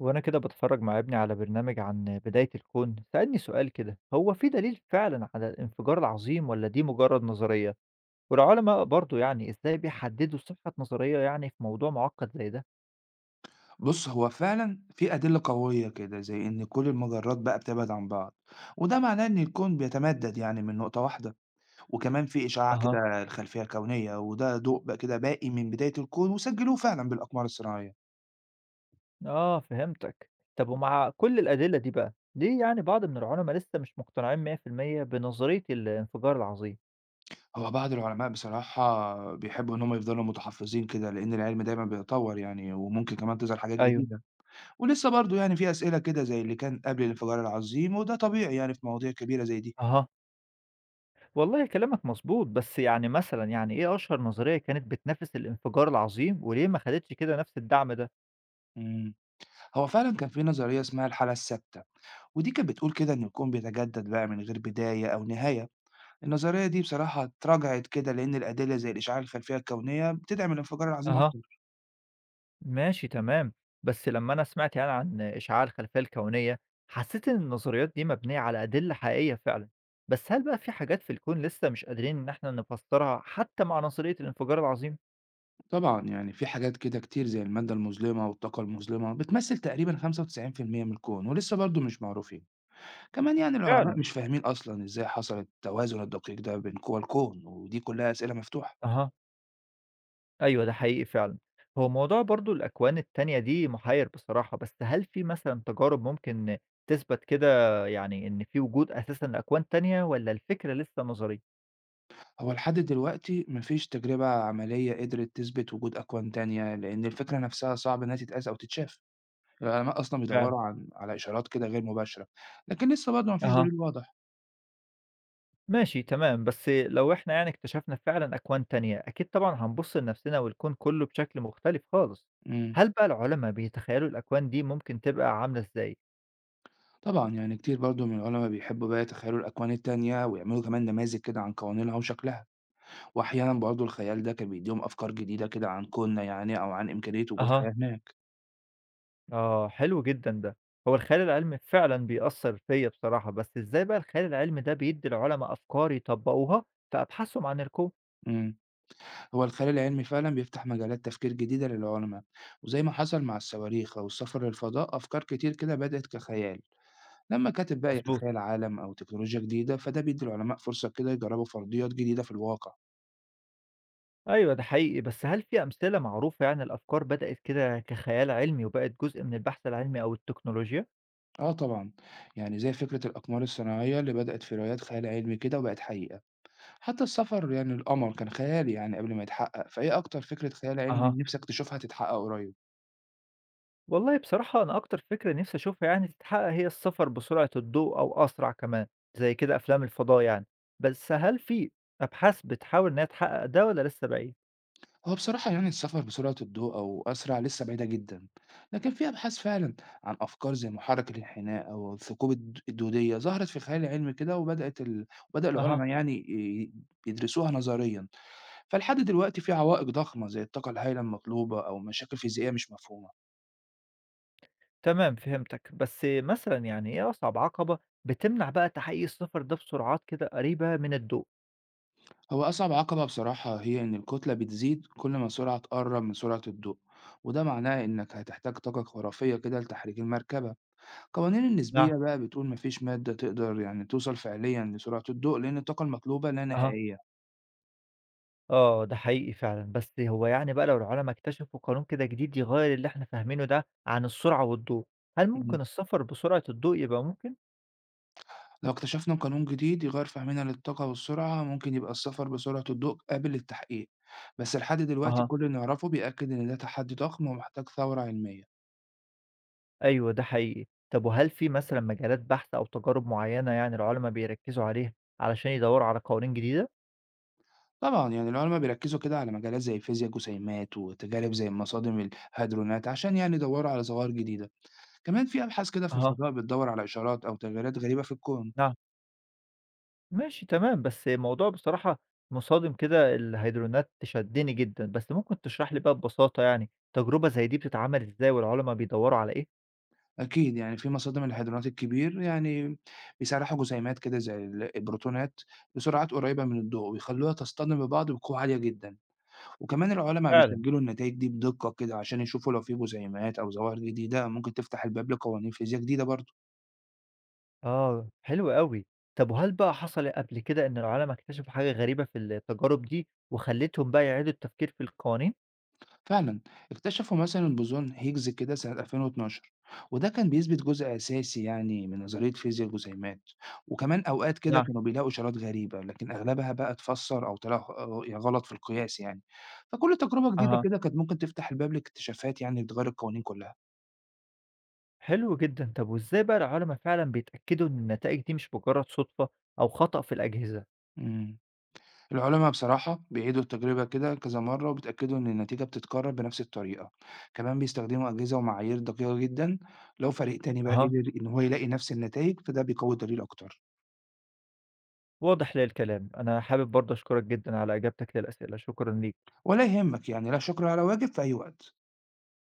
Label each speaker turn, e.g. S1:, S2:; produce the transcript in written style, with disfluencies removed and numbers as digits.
S1: وأنا كده بتفرج مع ابني على برنامج عن بداية الكون، سألني سؤال كده، هو في دليل فعلا على الانفجار العظيم ولا دي مجرد نظرية؟ والعلماء برضو يعني إزاي بيحددوا صحة نظرية يعني في موضوع معقد زي ده؟
S2: بُص، هو فعلًا في أدلة قوية كده زي إن كل المجرات بقى بتبعد عن بعض، وده معناه إن الكون بيتمدد يعني من نقطة واحدة، وكمان في إشعاع
S1: أها.
S2: كده الخلفية الكونية وده ضوء بقى كده باقي من بداية الكون وسجلوه فعلًا بالأقمار الصناعية.
S1: آه، فهمتك. طب ومع كل الأدلة دي بقى ليه يعني بعض من العلماء لسه مش مقتنعين 100% بنظرية الانفجار العظيم؟
S2: هو بعض العلماء بصراحة بيحبوا إن هم يفضلوا متحفظين كده لإن العلم دايمًا بيتطور يعني وممكن كمان تظهر حاجات
S1: ايوه.
S2: جديدة، ولسه برضه يعني في أسئلة كده زي اللي كان قبل الانفجار العظيم وده طبيعي يعني في مواضيع كبيرة زي دي.
S1: اها. والله كلامك مظبوط، بس يعني مثلا يعني ايه اشهر نظرية كانت بتنافس الانفجار العظيم وليه ما خدتش كده نفس الدعم ده؟
S2: إمم، هو فعلًا كان في نظرية اسمها الحالة الثابتة. ودي كانت بتقول كده إن الكون بيتجدد بقى من غير بداية أو نهاية. النظرية دي بصراحة اتراجعت كده لأن الأدلة زي الإشعاع الخلفية الكونية بتدعم الانفجار العظيم
S1: اها.
S2: أكتر.
S1: ماشي تمام، بس لمّا أنا سمعت يعني عن إشعاع الخلفية الكونية، حسيت إن النظريات دي مبنية على أدلة حقيقية فعلًا، بس هل بقى في حاجات في الكون لسه مش قادرين إن إحنا نفسرها حتى مع نظرية الانفجار العظيم؟
S2: طبعا يعني في حاجات كده كتير زي المادة المظلمة والطاقة المظلمة بتمثل تقريبا 95% من الكون ولسه برضه مش معروفين. كمان يعني العلماء
S1: فعلًا.
S2: مش فاهمين أصلا إزاي حصل التوازن الدقيق ده بين قوى الكون ودي كلها أسئلة مفتوحة.
S1: أها، أيوه ده حقيقي فعلًا، هو موضوع برضه الأكوان التانية دي محير بصراحة، بس هل في مثلًا تجارب ممكن تثبت كده يعني إن في وجود أساسًا لأكوان تانية والّا الفكرة لسه نظرية؟
S2: هو لحد دلوقتي مفيش تجربة عملية قدرت تثبت وجود أكوان تانية لأن الفكرة نفسها صعب إنها تتقاس أو تتشاف. العلماء أصلًا
S1: فعلًا.
S2: بيدوّروا على إشارات كده غير مباشرة، لكن لسه برضه ما فيش
S1: أها.
S2: دليل واضح.
S1: ماشي تمام، بس لو إحنا يعني اكتشفنا فعلًا أكوان تانية، أكيد طبعًا هنبُص لنفسنا والكون كُلّه بشكل مختلف خالص.
S2: إمم،
S1: هل بقى العُلما بيتخيّلوا الأكوان دي ممكن تبقى عاملة إزاي؟
S2: طبعًا يعني كتير برضه من العلما بيحبوا بقى يتخيّلوا الأكوان التانية ويعملوا كمان نماذج كده عن قوانينها وشكلها، وأحيانًا برضه الخيال ده كان بيدّيهم أفكار جديدة كده عن كوننا يعني أو عن إمكانية وجود
S1: أها.
S2: حياة هناك.
S1: آه، حلو جدًا ده. هو الخيال العلمي فعلًا بيأثّر فيّا بصراحة، بس إزاي بقى الخيال العلمي ده بيدّي العُلما أفكار يطبّقوها في أبحاثهم عن الكون؟
S2: إمم، هو الخيال العلمي فعلًا بيفتح مجالات تفكير جديدة للعلما، وزي ما حصل مع الصواريخ أو السفر للفضاء، أفكار كتير كده بدأت كخيال، لمّا كاتب بقى
S1: مضبوط.
S2: يتخيّل عالم أو تكنولوجيا جديدة، فده بيدّي العلماء فرصة كده يجرّبوا فرضيات جديدة في الواقع.
S1: أيوه، ده حقيقي، بس هل في أمثلة معروفة يعني الأفكار بدأت كده كخيال علمي وبقت جزء من البحث العلمي أو التكنولوجيا؟
S2: آه طبعًا، يعني زي فكرة الأقمار الصناعية اللي بدأت في روايات خيال علمي كده وبقت حقيقة، حتى السفر يعني للقمر كان خيالي يعني قبل ما يتحقق، فإيه أكتر فكرة خيال علمي
S1: أها.
S2: نِفْسك تشوفها تتحقق قريب؟
S1: والله بصراحة أنا أكتر فكرة نفسي أشوفها يعني تتحقق هي السفر بسرعة الضوء أو أسرع كمان زي كده أفلام الفضاء يعني، بس هل في أبحاث بتحاول إنها تحقق ده ولا لسه بعيد؟
S2: هو بصراحة يعني السفر بسرعة الضوء أو أسرع لسه بعيدة جدًا، لكن في أبحاث فعلًا عن أفكار زي محرك الانحناء أو الثقوب الدودية ظهرت في الخيال العلمي كده وبدأ
S1: أها.
S2: العلماء يعني يدرسوها نظريًا، فلحد دلوقتي في عوائق ضخمة زي الطاقة الهائلة المطلوبة أو مشاكل فيزيائية مش مفهومة.
S1: تمام، فهمتك، بس مثلا يعني إيه أصعب عقبة بتمنع بقى تحقيق السفر ده بسرعات كده قريبة من الضوء؟
S2: هو أصعب عقبة بصراحة هي إن الكتلة بتزيد كل ما السرعة تقرب من سرعة الضوء، وده معناه إنك هتحتاج طاقة خرافية كده لتحريك المركبة. قوانين
S1: نعم.
S2: النسبية بقى بتقول مفيش مادة تقدر يعني توصل فعليا لسرعة الضوء لأن الطاقة المطلوبة لا
S1: أها.
S2: نهائية.
S1: آه، ده حقيقي فعلا، بس هو يعني بقى لو العلماء اكتشفوا قانون كده جديد يغير اللي إحنا فاهمينه ده عن السرعة والضوء، هل ممكن
S2: مم.
S1: السفر بسرعة الضوء يبقى ممكن؟
S2: لو اكتشفنا قانون جديد يغير فهمنا للطاقة والسرعة ممكن يبقى السفر بسرعة الضوء قابل للتحقيق، بس لحد دلوقتي
S1: أها.
S2: كل اللي نعرفه بيأكد إن ده تحدي ضخم ومحتاج ثورة علمية.
S1: أيوه، ده حقيقي. طب وهل في مثلًا مجالات بحث أو تجارب معيّنة يعني العُلما بيركّزوا عليها علشان يدوّروا على قوانين جديدة؟
S2: طبعًا، يعني العلماء بيركّزوا كده على مجالات زي فيزياء الجسيمات وتجارب زي مصادم الهادرونات عشان يعني يدوّروا على ظواهر جديدة، كمان في أبحاث كده في
S1: أها،
S2: الفضاء بتدوّر على إشارات أو تغييرات غريبة في الكون.
S1: نعم. ماشي تمام، بس الموضوع بصراحة مصادم كده الهيدرونات تشدّني جدًا، بس ممكن تشرح لي بقى ببساطة يعني تجربة زي دي بتتعمل إزاي والعُلما بيدوّروا على إيه؟
S2: أكيد يعني في مصادم الهادرونات الكبير يعني بيسرّحوا جسيمات كده زي البروتونات بسرعات قريبة من الضوء ويخلّوها تصطدم ببعض بقوة عالية جدًا، وكمان العلماء
S1: فعلًا.
S2: بيسجّلوا النتايج دي بدقة كده عشان يشوفوا لو في جسيمات أو ظواهر جديدة ممكن تفتح الباب لقوانين فيزياء جديدة برضه.
S1: آه، حلو أوي. طب وهل بقى حصل قبل كده إن العُلما اكتشفوا حاجة غريبة في التجارب دي وخلّتهم بقى يعيدوا التفكير في القوانين؟
S2: فعلا اكتشفوا مثلا بوزون هيجز كده سنة 2012، وده كان بيثبت جزء أساسي يعني من نظرية فيزياء الجزيئات، وكمان أوقات كده
S1: نعم،
S2: كانوا بيلاقوا إشارات غريبة لكن أغلبها بقى اتفسر أو طلع يعني غلط في القياس يعني، فكل تجربة جديدة
S1: أها.
S2: كده كانت ممكن تفتح الباب لاكتشافات يعني بتغير القوانين كلها.
S1: حلو جدًا، طب وإزاي بقى العُلَمَا فعلًا بيتأكدوا إن النتائج دي مش مجرد صُدفة أو خطأ في الأجهزة؟
S2: مم. العلماء بصراحة بيعيدوا التجربة كده كذا مرة وبيتأكدوا إن النتيجة بتتكرر بنفس الطريقة، كمان بيستخدموا أجهزة ومعايير دقيقة جدا، لو فريق تاني بقى
S1: أها.
S2: قدر إن هو يلاقي نفس النتائج فده بيقوي الدليل أكتر.
S1: واضح للكلام، أنا حابب برضه أشكرك جدًا على إجابتك للأسئلة، شكرًا ليك.
S2: ولا يهمك يعني لا شكر على واجب في أي وقت.